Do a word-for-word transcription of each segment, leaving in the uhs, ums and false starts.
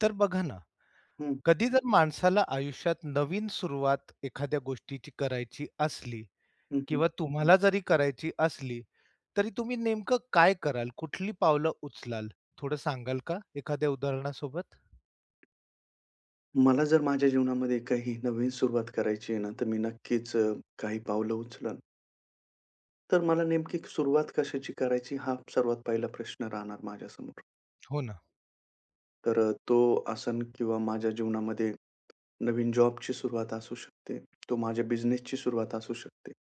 तर बघा ना, हं, कधी जर माणसाला आयुष्यात नवीन सुरुवात एखाद्या गोष्टीची करायची असली हं, हं. किंवा हं. तुम्हाला जरी करायची असली, तरी तुम्ही नेमकं काय कराल? कुठली पावलं उचलाल? थोडं सांगाल का एखाद्या उदाहरणासोबत? मला जर माझ्या जीवनामध्ये काही नवीन सुरुवात करायची आहे ना, तर मी नक्कीच अ, काही पावलं उचलन. तर मला नेमकी सुरुवात कशाची करायची हा सर्वात पहिला प्रश्न राहणार माझ्यासमोर. हो ना, तर अ, तो आसन किंवा माझ्या जीवनामध्ये नवीन जॉबची सुरुवात असू शकते. तो माझ्या बिझनेसची सुरुवात असू शकते.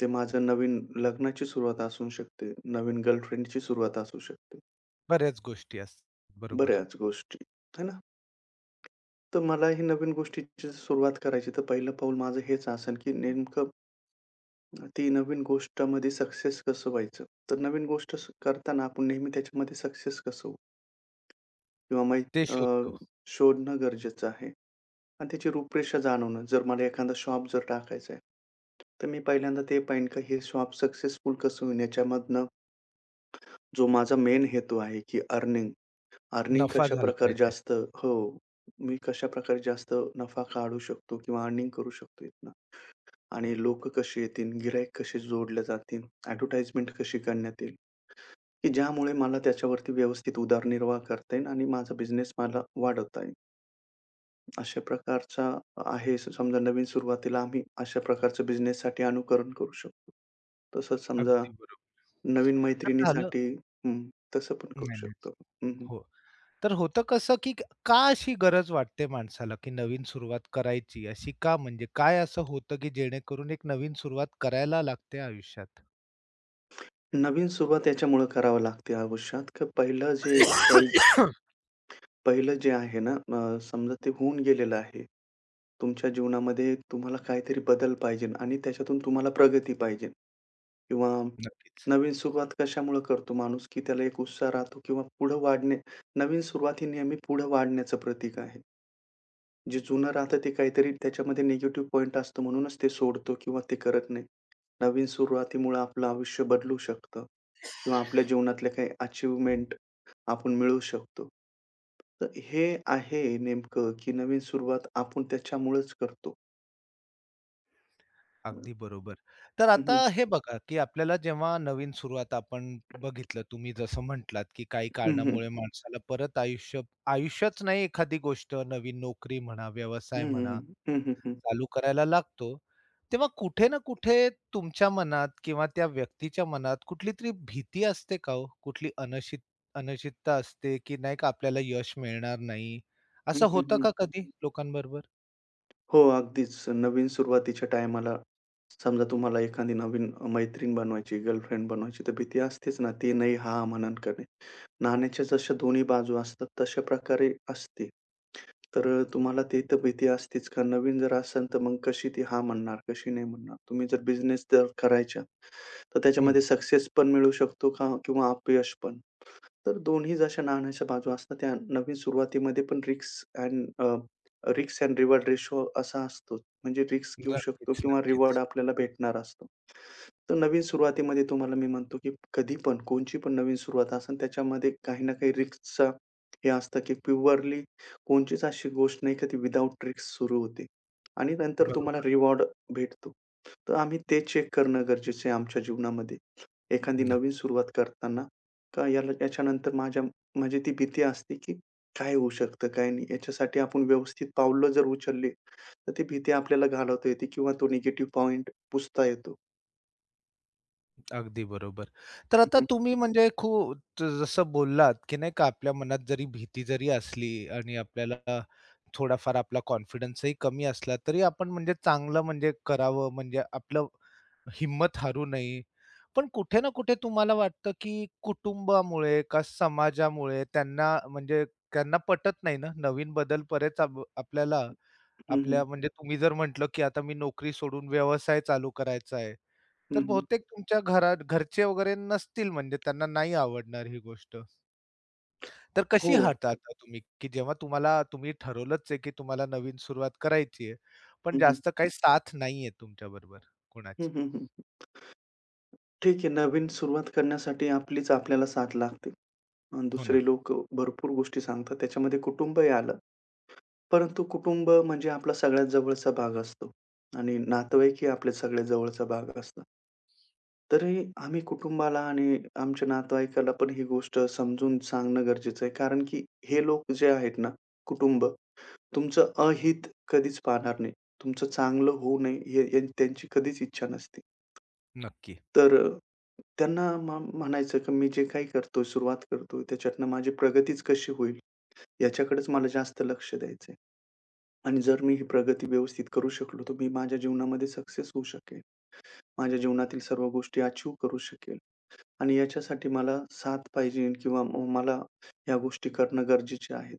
ते माझं नवीन लग्नाची सुरुवात असू शकते. नवीन गर्लफ्रेंडची सुरुवात असू शकते. बऱ्याच गोष्टी असतात. बरोबर. बऱ्याच गोष्टी, है ना? तर मला ही नवीन गोष्टीची सुरुवात करायची, तर पहिलं पाऊल माझं हेच असेल, की नेमकं ती नवीन गोष्टामध्ये सक्सेस कसं व्हायचं? तर नवीन गोष्ट स करताना आपण नेहमी त्याच्यामध्ये सक्सेस कसं होऊ किंवा माहीत ते अ, शोधतो. शोधणं गरजेचं आहे आणि त्याची रूपरेषा जाणवणं. जर मला एखादा शॉप जर टाकायचा आहे, तर मी पहिल्यांदा ते पाहीन का हे शॉप सक्सेसफुल कसं होईल याच्यामधनं जो माझा मेन हेतू आहे, की अर्निंग. अर्निंग नफा झाला कशाप्रकारे पाहिजे. जास्त हो. मी कशाप्रकारे जास्त नफा काढू शकतो किंवा अर्निंग करू शकतो इथनं आणि लोकं कशी येतील, गिराईक कसे जोडले जातील, ॲडव्हर्टाइजमेंट कशी करण्यात येईल. की ज्यामुळे मला त्याच्यावरती व्यवस्थित उदरनिर्वाह करता येईल आणि माझा बिझनेस मला वाढवता येईल. अशा प्रकारचा आहे समजा नवीन सुरुवातीला आम्ही अशा प्रकारच्या बिझनेससाठी अनुकरण करू शकतो. तसंच समजा अगदी बरोबर. नवीन तर झालं. मैत्रिणीसाठी हं, तसं पण नाही, करू नाही. शकतो. हं, हं. हो. तर होतं कसं, की का अशी गरज वाटते माणसाला, की नवीन सुरुवात करायची अशी का? म्हणजे काय असं होतं, की जेणेकरून एक नवीन सुरुवात करायला लागते आयुष्यात? नवीन सुरुवात याच्यामुळं करावं लागते आयुष्यात, की पहिलं जे काही पहिलं जे आहे ना अ, समजा ते होऊन गेलेलं आहे. तुमच्या जीवनामध्ये तुम्हाला काहीतरी बदल पाहिजे आणि त्याच्यातून तुम्हाला प्रगती पाहिजे. किंवा नक्कीच. नवीन सुरुवात कशामुळे करतो माणूस, की त्याला एक उत्साह राहतो किंवा पुढं वाढणे नवीन सुरुवात ही नेहमी पुढं वाढण्याचं प्रतीक आहे. जे जुनं राहतं ते काहीतरी त्याच्यामध्ये निगेटिव्ह पॉइंट असतो म्हणूनच ते सोडतो किंवा ते करत नाही. नवीन सुरुवातीमुळे आपलं आयुष्य बदलू शकतं किंवा आपल्या जीवनातले काही अचीव्हमेंट आपण मिळवू शकतो. तर हे आहे नेमकं, की नवीन सुरुवात आपण त्याच्यामुळेच करतो. अगदी बरोबर. तर हं, आता हं. हे बघा, की आपल्याला जेव्हा नवीन सुरुवात आपण बघितलं, तुम्ही जसं म्हटलात, की काही हं, हं. कारणामुळे माणसाला परत आयुष्य आयुष्यच नाही एखादी गोष्ट नवीन नोकरी म्हणा, व्यवसाय हं, हं. म्हणा हं, हं, हं. चालू करायला लागतो, तेव्हा कुठे ना कुठे तुमच्या मनात किंवा त्या व्यक्तीच्या मनात कुठलीतरी भीती असते का हो? कुठली अनशी अनिश्चितता असते, की नाही का आपल्याला यश मिळणार नाही. हं, असं हं, होतं हं. का कधी लोकांबरोबर? हो, अगदीच. नवीन सुरुवातीच्या टायमाला समजा तुम्हाला एखादी नवीन मैत्रीण बनवायची, गर्लफ्रेंड बनवायची, तर भीती असतेच ना. ती नाही, हां म्हणेल का नाण्याच्या जशा दोन्ही बाजू असतात, तशा प्रकारे असते. तर तुम्हाला ती तर भीती असतेच का नवीन जर असेल, तर मग कशी ती हां म्हणणार, कशी नाही म्हणणार? तुम्ही जर बिझनेस जर करायचा, तर हं. त्याच्यामध्ये सक्सेस पण मिळू शकतो का किंवा अपयश पण? तर दोन्ही जशा नाण्याच्या बाजू असतात, त्या नवीन सुरुवातीमध्ये पण risk and uh, risk and reward ratio असा असतो. म्हणजे रिस्क घेऊ शकतो नक्कीच, किंवा रिवॉर्ड नक्कीच. आपल्याला भेटणार असतो. तर नवीन सुरुवातीमध्ये तुम्हाला मी म्हणतो, की कधी पण कोणची पण नवीन सुरुवात असेल, त्याच्यामध्ये काही ना काही रिस्कचा हे असतं, की प्युअरली कोणचीच अशी गोष्ट नाही का ती विदाऊट रिस्क सुरू होते आणि नंतर तुम्हाला बरोबर. रिवॉर्ड भेटतो. तर आम्ही ते चेक करणं गरजेचं आहे आमच्या जीवनामध्ये. एखादी नक्की. नवीन सुरुवात करताना का याला याच्यानंतर माझ्या म्हणजे ती भीती असते, की काय होऊ शकतं, काय नाही. याच्यासाठी आपण व्यवस्थित पावलं जर उचलली, तर ती भीती आपल्याला घालवता येते किंवा तो निगेटिव्ह पॉइंट पुसता येतो. अगदी बरोबर. तर हं, आता हं. तुम्ही म्हणजे खूप ज- जसं बोललात, की नाही का आपल्या मनात जरी भीती जरी असली आणि आपल्याला थोडाफार आपला कॉन्फिडन्सही कमी असला, तरी आपण म्हणजे चांगलं म्हणजे करावं म्हणजे आपलं हिम्मत हारू नये. पण कुठे ना कुठे तुम्हाला वाटतं, की कुटुंबामुळे का समाजामुळे त्यांना म्हणजे त्यांना पटत नाही ना, नवीन बदल बरेच आप आपल्याला हं, हं. आपल्या म्हणजे तुम्ही जर म्हटलं, की आता मी नोकरी सोडून व्यवसाय चालू करायचा आहे. हं, तर हं. बहुतेक तुमच्या घरात घरचे वगैरे नसतील म्हणजे त्यांना नाही आवडणार ही गोष्ट. तर कशी हो. हाताळता तुम्ही, की जेव्हा तुम्हाला तुम्ही ठरवलंच आहे, की तुम्हाला नवीन सुरुवात करायची आहे. पण हं, हं. जास्त काही साथ नाहीये तुमच्याबरोबर हं, कोणाची? हं, ठीक आहे. नवीन सुरुवात करण्यासाठी आपलीच आपल्याला साथ लागते. अन् हो ना, दुसरे लोक भरपूर गोष्टी सांगतात. त्याच्यामध्ये कुटुंबही आलं. परंतु कुटुंब म्हणजे आपला सगळ्यात जवळचा भाग असतो आणि नातेवाईकही आपल्या सगळ्यात जवळचा भाग असतो. तरी आम्ही कुटुंबाला आणि आमच्या नातेवाईकाला पण ही गोष्ट समजून सांगणं गरजेचं आहे. कारण की हे लोक जे आहेत ना, कुटुंब तुमचं अहित कधीच पाहणार नाही. तुमचं चांगलं होऊ नये हे हे त्यांची कधीच इच्छा नसते. नक्की. तर अ, त्यांना मग म्हणायचं की मी जे काही करतोय, सुरुवात करतोय त्याच्यातनं माझी प्रगतीच कशी होईल याच्याकडेच मला जास्त लक्ष द्यायचंय. आणि जर मी ही प्रगती व्यवस्थित करू शकलो, तर मी माझ्या जीवनामध्ये सक्सेस होऊ शकेल. माझ्या जीवनातील सर्व गोष्टी अचीव्ह करू शकेल. आणि याच्यासाठी मला साथ पाहिजे किंवा मग मला या गोष्टी करणं गरजेचे आहे.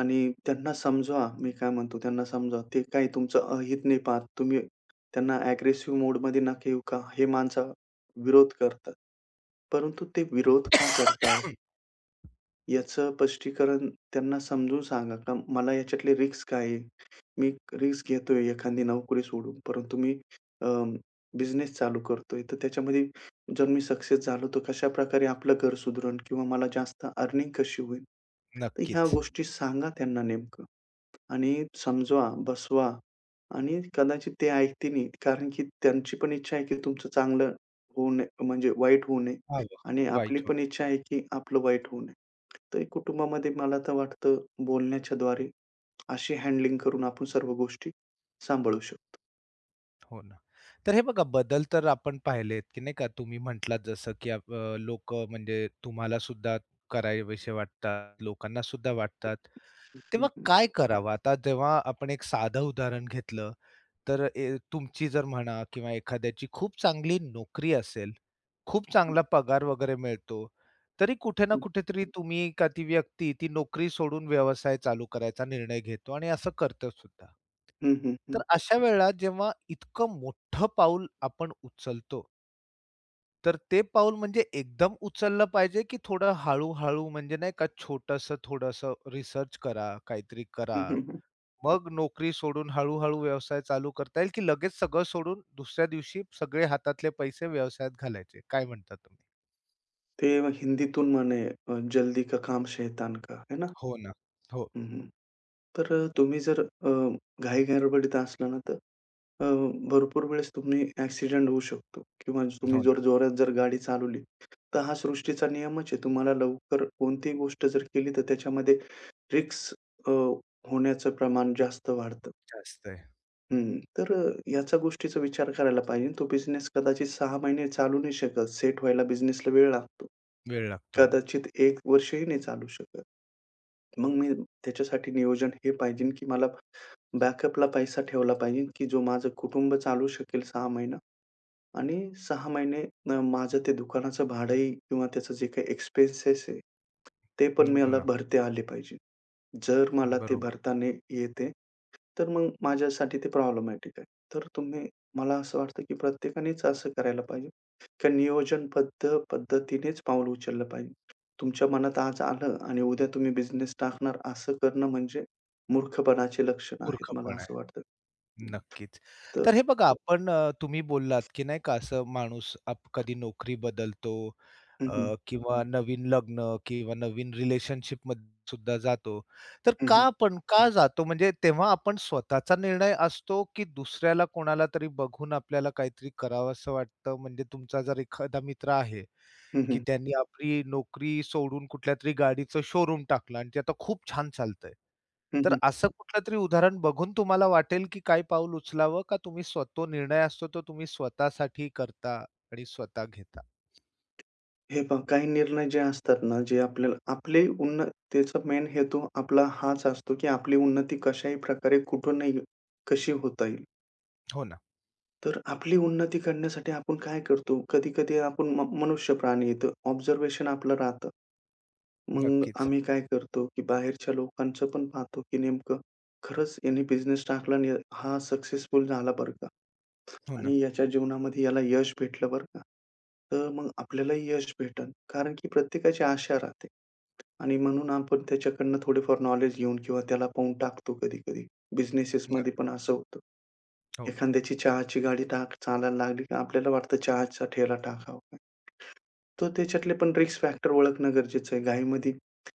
आणि त्यांना समजवा, मी काय म्हणतो त्यांना समजावा. ते काही तुमचं अहित नाही पाहत. तुम्ही त्यांना अग्रेसिव्ह मोडमध्ये नका येऊ का, हे माणसं विरोध करतात. परंतु ते विरोध का करताय? याचं स्पष्टीकरण त्यांना समजून सांगा का मला याच्यातली रिस्क काय आहे? मी रिस्क घेतोय एखादी नोकरी सोडून, परंतु मी अ, बिझनेस चालू करतोय. तर त्याच्यामध्ये जर मी सक्सेस झालो, तर कशाप्रकारे आपलं घर सुधरण किंवा मला जास्त अर्निंग कशी होईल? तर ह्या नक्कीच. गोष्टी सांगा त्यांना नेमकं. आणि समजवा, बसवा आणि कदाचित ते ऐकतीलही. कारण की त्यांची पण इच्छा आहे की तुमचं चांगलं होऊ नये म्हणजे वाईट होऊ नये हवं. आणि आपली वाईट होतं. पण इच्छा आहे की आपलं वाईट होऊ नये. तर कुटुंबामध्ये मला तर वाटतं बोलण्याच्या द्वारे अशी हँडलिंग करून आपण सर्व गोष्टी सांभाळू शकतो. हो ना. तर हे बघा बदल तर आपण पाहिलेत, की नाही का तुम्ही म्हटलात जसं की लोक म्हणजे तुम्हाला सुद्धा करावेसे वाटतात, लोकांना सुद्धा वाटतात. हं, तेव्हा हं. काय करावं? आता जेव्हा आपण एक साधं उदाहरण घेतलं, तर ए तुमची जर म्हणा किंवा एखाद्याची खूप चांगली नोकरी असेल, खूप चांगला पगार वगैरे मिळतो, तरी कुठे ना हं, कुठेतरी तुम्ही का ती व्यक्ती ती नोकरी सोडून व्यवसाय चालू करायचा निर्णय घेतो आणि असं करतो सुद्धा. हं, हं, हं, तर अशा वेळेला जेव्हा इतकं मोठं पाऊल आपण उचलतो तर ते पाऊल म्हणजे एकदम उचललं पाहिजे, की थोडं हळू-हळू म्हणजे नाही का छोटंसं थोडंसं रिसर्च करा, काहीतरी करा. हं, हं, हं. मग नोकरी सोडून हळू-हळू व्यवसाय चालू करता येईल, की लगेच सगळं सोडून दुसऱ्या दिवशी सगळे हातातले पैसे व्यवसायात घालायचे. काय म्हणता तुम्ही? ते हिंदीतून म्हणे अ, जल्दी का काम शैतान का, है ना? हो ना. हो, हं, हं. तर अ, तुम्ही जर अ, घाई-गडबडीत असला ना, तर अ, भरपूर वेळेस तुम्ही ॲक्सिडेंट होऊ शकतो किंवा तुम्ही हो ना. जर जोरात जर गाडी चालवली, तर हा सृष्टीचा नियमच आहे. तुम्हाला लवकर कोणतीही गोष्ट जर केली, तर त्याच्यामध्ये रिस्क अ, होण्याचं प्रमाण जास्त वाढतं. जास्त आहे. हं. तर अ, याचा गोष्टीचा विचार करायला पाहिजे. तो बिझनेस कदाचित सहा महिने चालू नाही शकत. सेट व्हायला बिझनेसला वेळ लागतो. वेळ लागतो. कदाचित एक वर्षही नाही चालू शकत. मग मी त्याच्यासाठी नियोजन हे पाहिजे की मला बॅकअपला पैसा ठेवला पाहिजे, की जो माझं कुटुंब चालू शकेल सहा महिना आणि सहा महिने अ, माझं ते दुकानाचं भाडंही किंवा त्याचं जे काही एक्सपेन्सेस आहे, ते पण हो मला ना. भरते आले पाहिजे. जर मला ते बरोबर. भरता नाही येते, तर मग माझ्यासाठी ते प्रॉब्लेमॅटिक आहे. तर तुम्ही मला असं वाटतं, की प्रत्येकानेच असं करायला पाहिजे, की नियोजनबद्ध पद्धतीनेच पाऊल उचललं पाहिजे. तुमच्या मनात आज आलं आणि उद्या तुम्ही बिझनेस टाकणार, असं करणं म्हणजे मूर्खपणाचे लक्षण आहेत, मला मूर्खपणा असं आहे. वाटतं. नक्कीच. तर तर हे बघा आपण अ, तुम्ही बोललात, की नाही का असं माणूस आप कधी नोकरी बदलतो हं, हं. अ, किंवा हं. नवीन लग्न किंवा नवीन रिलेशनशिपमध्ये सुद्धा जातो. तर हं, का हं. आपण का जातो? म्हणजे तेव्हा आपण स्वतःचा निर्णय असतो, की दुसऱ्याला कोणाला तरी बघून आपल्याला काहीतरी करावंसं वाटतं? म्हणजे तुमचा जर एखादा मित्र आहे हं, की हं. त्यांनी आपली नोकरी सोडून कुठल्यातरी गाडीचं शोरूम टाकलं आणि ते आता खूप छान चालतंय. हं, तर हं. असं कुठलंतरी उदाहरण बघून तुम्हाला वाटेल की काय पाऊल उचलावं का तुम्ही स्व तो निर्णय असतो तो तुम्ही स्वतःसाठी करता आणि स्वतः घेता? हे पहा, काही निर्णय जे असतात ना, जे आपल्याला आपली उन्न त्याचा मेन हेतू आपला हाच असतो, की आपली उन्नती कशाही प्रकारे कुठून नाही कशी होता येईल. हो ना. तर आपली उन्नती करण्यासाठी आपण काय करतो, कधी-कधी आपण म मनुष्य प्राणी आहे, ऑब्झर्वेशन आपलं राहतं. मग नक्कीच. आम्ही काय करतो, की बाहेरच्या लोकांचं पण पाहतो, की नेमकं खरंच यांनी बिझनेस टाकला आणि हा सक्सेसफुल झाला बरं का. हो ना. आणि याच्या जीवनामध्ये याला यश भेटलं बरं का. तर मग आपल्यालाही यश भेटेल. कारण की प्रत्येकाची आशा राहते आणि म्हणून आपण त्याच्याकडनं थोडेफार नॉलेज घेऊन किंवा त्याला पाहून टाकतो कधी-कधी. बिझनेसेसमध्ये पण नक्कीच. असं होतं. हो. एखाद्याची चहाची गाडी टाक चालायला लागली, की आपल्याला वाटतं चहाचा ठेला टाकावा. तो त्याच्यातले पण रिस्क फॅक्टर ओळखणं गरजेचं आहे. घाईमध्ये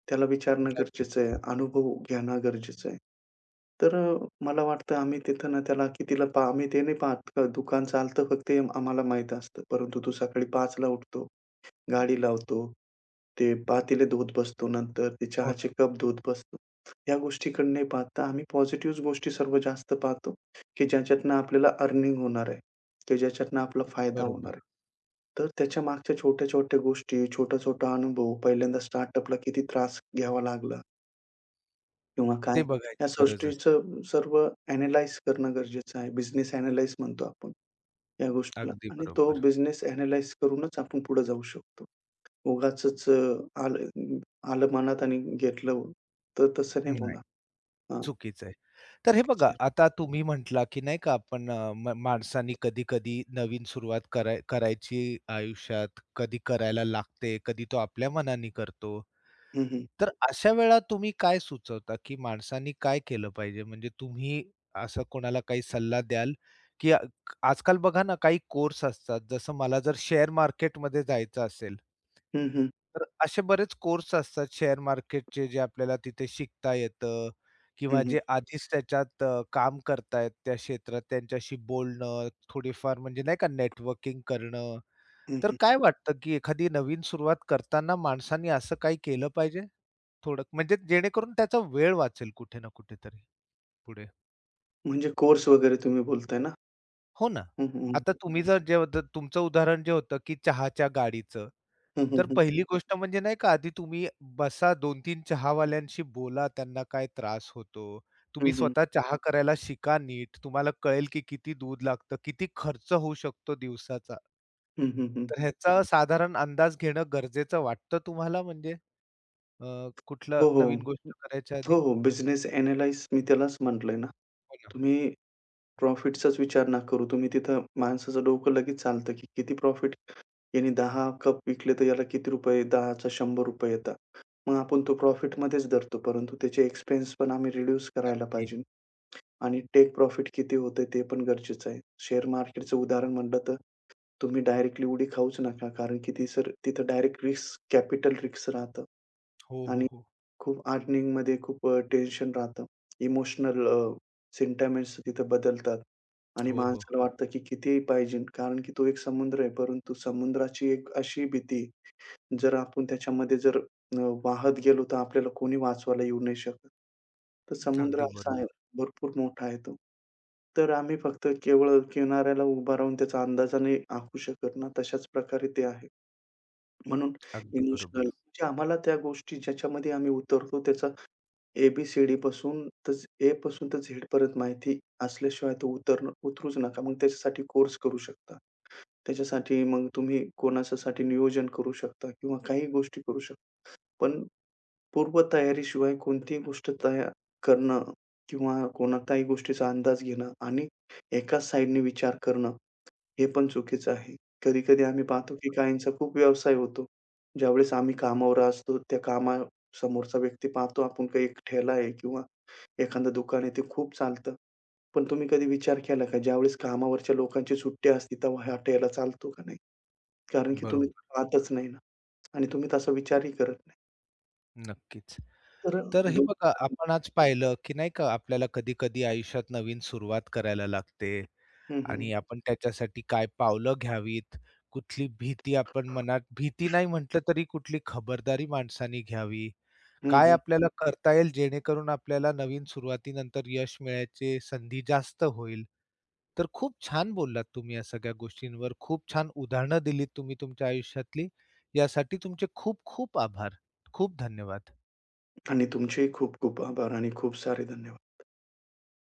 त्याला विचारणं गरजेचं नक्कीच. आहे. अनुभव घेणं गरजेचं आहे. तर अ, मला वाटतं आम्ही तिथं ना त्याला कितीला पहा आम्ही ते नाही पाहत. का दुकान चालतं फक्त हे आम्हाला माहीत असतं. परंतु तो सकाळी पाच ला उठतो. गाडी लावतो. ते पातेले धुवत बसतो. नंतर ते हो चहाचे ना. कप धुवत बसतो. या गोष्टीकडे न पाहता आम्ही पॉझिटिव्ह गोष्टी सर्व जास्त पाहतो, की ज्याच्यातनं आपल्याला अर्निंग होणार आहे. की ज्याच्यातनं आपला फायदा होणार बरोबर. आहे. तर त्याच्या मागच्या छोट्या-छोट्या गोष्टी, छोटा-छोटा अनुभव, पहिल्यांदा स्टार्टअपला किती त्रास घ्यावा लागला किंवा काय, ते या बघायची गरज असते. सृष्टीचं सर्व ॲनलाईज करणं गरजेचं आहे. बिझनेस ॲनलाईज म्हणतो आपण. या गोष्टीला अगदी आणि तो बरोबर. बिझनेस अॅनलाईज करूनच आपण पुढे जाऊ शकतो. उगाचच अ, आलं आलं मनात आणि घेतलं तर तसं नाही होणार. हां. चुकीचं आहे. तर हे ओकेच बघा, आहे. आता तुम्ही म्हटला, की नाही का आपण अ, म माणसांनी कधी-कधी नवीन सुरुवात कराय करायची आयुष्यात, कधी करायला लागते, कधी तो आपल्या मनाने करतो. हं, हं. तर अशा वेळा तुम्ही काय सुचवता, की माणसांनी काय केलं पाहिजे? म्हणजे तुम्ही असं कोणाला काही सल्ला द्याल, की आ- आजकाल बघा ना, काही कोर्स असतात. जसं मला जर शेअर मार्केटमध्ये जायचं असेल, हं, हं. तर असे बरेच कोर्स असतात शेअर मार्केटचे जे आपल्याला तिथे शिकता येतं हं, किंवा हं. जे आधीच त्याच्यात अ, काम करतायत त्या क्षेत्रात त्यांच्याशी बोलणं, थोडीफार म्हणजे नाही का नेटवर्किंग करणं. हं, तर हं. काय वाटतं, की एखादी नवीन सुरुवात करताना माणसांनी असं काही केलं पाहिजे? थोडं म्हणजे जेणेकरून त्याचा वेळ वाचेल कुठे ना कुठेतरी पुढे. म्हणजे कोर्स वगैरे तुम्ही बोलताय ना? हो ना. हं, हं. आता तुम्ही जर जे होतं तुमचं उदाहरण जे होतं, की चहाच्या गाडीचं. हं, हं, तर हं. पहिली गोष्ट म्हणजे नाही का आधी तुम्ही बसा दोन ते तीन चहावाल्यांशी बोला त्यांना काय त्रास होतो. हं, तुम्ही हं. स्वतः चहा करायला शिका नीट. तुम्हाला कळेल की किती दूध लागतं, किती खर्च होऊ शकतो दिवसाचा. हं, हं, हं. तर ह्याचा साधारण अंदाज घेणं गरजेचं वाटतं तुम्हाला म्हणजे अ, कुठलं हो, हो. नवीन गोष्ट करायच्या हो, आधी? हो. बिझनेस अॅनलाईज मी त्यालाच म्हटलंय ना. हो ना, तुम्ही प्रॉफिटचाच विचार नका करू. तुम्ही तिथं माणसाचं डोकं लगेच चालतं, की किती प्रॉफिट याने दहा कप विकले तर याला किती रुपये? दहाचा ₹शंभर येतात. मग आपण तो प्रॉफिटमध्येच धरतो, परंतु त्याचे एक्सपेन्स पण आम्ही रिड्यूस करायला की पाहिजे आणि टेक प्रॉफिट किती होतंय ते पण गरजेचं आहे. शेअर मार्केटचं उदाहरण म्हटलं तर तुम्ही डायरेक्टली उडी खाऊच नका कारण की ती सर तिथं डायरेक्ट रिस्क कॅपिटल रिस्क राहतं हो, हो, आणि हो. खूप अर्निंगमध्ये खूप अ, टेन्शन राहतं. इमोशनल अ, सेंटिमेंट्स तिथं बदलतात आणि हो, हो. माणसाला वाटतं, की कितीही पाहिजे कारण की तो एक समुद्र आहे. परंतु समुद्राची एक अशी भीती, जर आपण त्याच्यामध्ये जर अ, वाहत गेलो, तर आपल्याला कोणी वाचवायला येऊ नाही शकत. तर समुद्र अगदी असा आहे, बरोबर, भरपूर मोठा आहे तो. तर आम्ही फक्त केवळ किनाऱ्याला उभा राहून त्याचा अंदाज आखू शकत ना, तशाच प्रकारे ते आहे. म्हणून अगदी इमोशनल बरोबर. म्हणजे आम्हाला त्या गोष्टी ज्याच्यामध्ये आम्ही उतरतो त्याचा ए-बी-सी-डीपासून तर ए पासून तर झेडपर्यंत माहिती असल्याशिवाय तर उतरणं उतरूच नका. मग त्याच्यासाठी कोर्स करू शकता. त्याच्यासाठी मग तुम्ही कोणाच्यासाठी नियोजन करू शकता किंवा काही गोष्टी करू शकता. पण पूर्वतयारीशिवाय कोणतीही गोष्ट तयार करणं किंवा कोणत्याही गोष्टीचा अंदाज घेणं आणि एकाच साइडने विचार करणं, हे पण चुकीचं आहे. कधी-कधी आम्ही पाहतो की काहींचा खूप व्यवसाय होतो. ज्यावेळेस आम्ही कामावर असतो, त्या कामासमोरचा व्यक्ती पाहतो आपण काही एक ठेला आहे किंवा एखादं दुकान आहे ते खूप चालतं. पण तुम्ही कधी विचार केला का ज्यावेळेस कामावरच्या लोकांची सुट्टी असते तेव्हा हॉटेलला चालतो का नाही? कारण की तुम्ही बरोबर, पाहतच नाही ना आणि तुम्ही तसा विचारही करत नाही. नक्कीच. तर तर हे दु बघा आपण आज पाहिलं, की नाही का आपल्याला कधी-कधी आयुष्यात नवीन सुरुवात करायला लागते. हं, हं. आणि आपण त्याच्यासाठी काय पावलं घ्यावीत, कुठली भीती आपण मनात भीती नाही म्हटलं तरी कुठली खबरदारी माणसाने घ्यावी, हं, काय हं. आपल्याला करता येईल जेणेकरून आपल्याला नवीन सुरुवातीनंतर यश मिळायची संधी जास्त होईल. तर खूप छान बोललात तुम्ही या सगळ्या गोष्टींवर. खूप छान उदाहरणं दिलीत तुम्ही तुमच्या आयुष्यातली. यासाठी तुमचे खूप खूप आभार. खूप धन्यवाद. आणि तुमचेही खूप खूप आभार आणि खूप सारे धन्यवाद.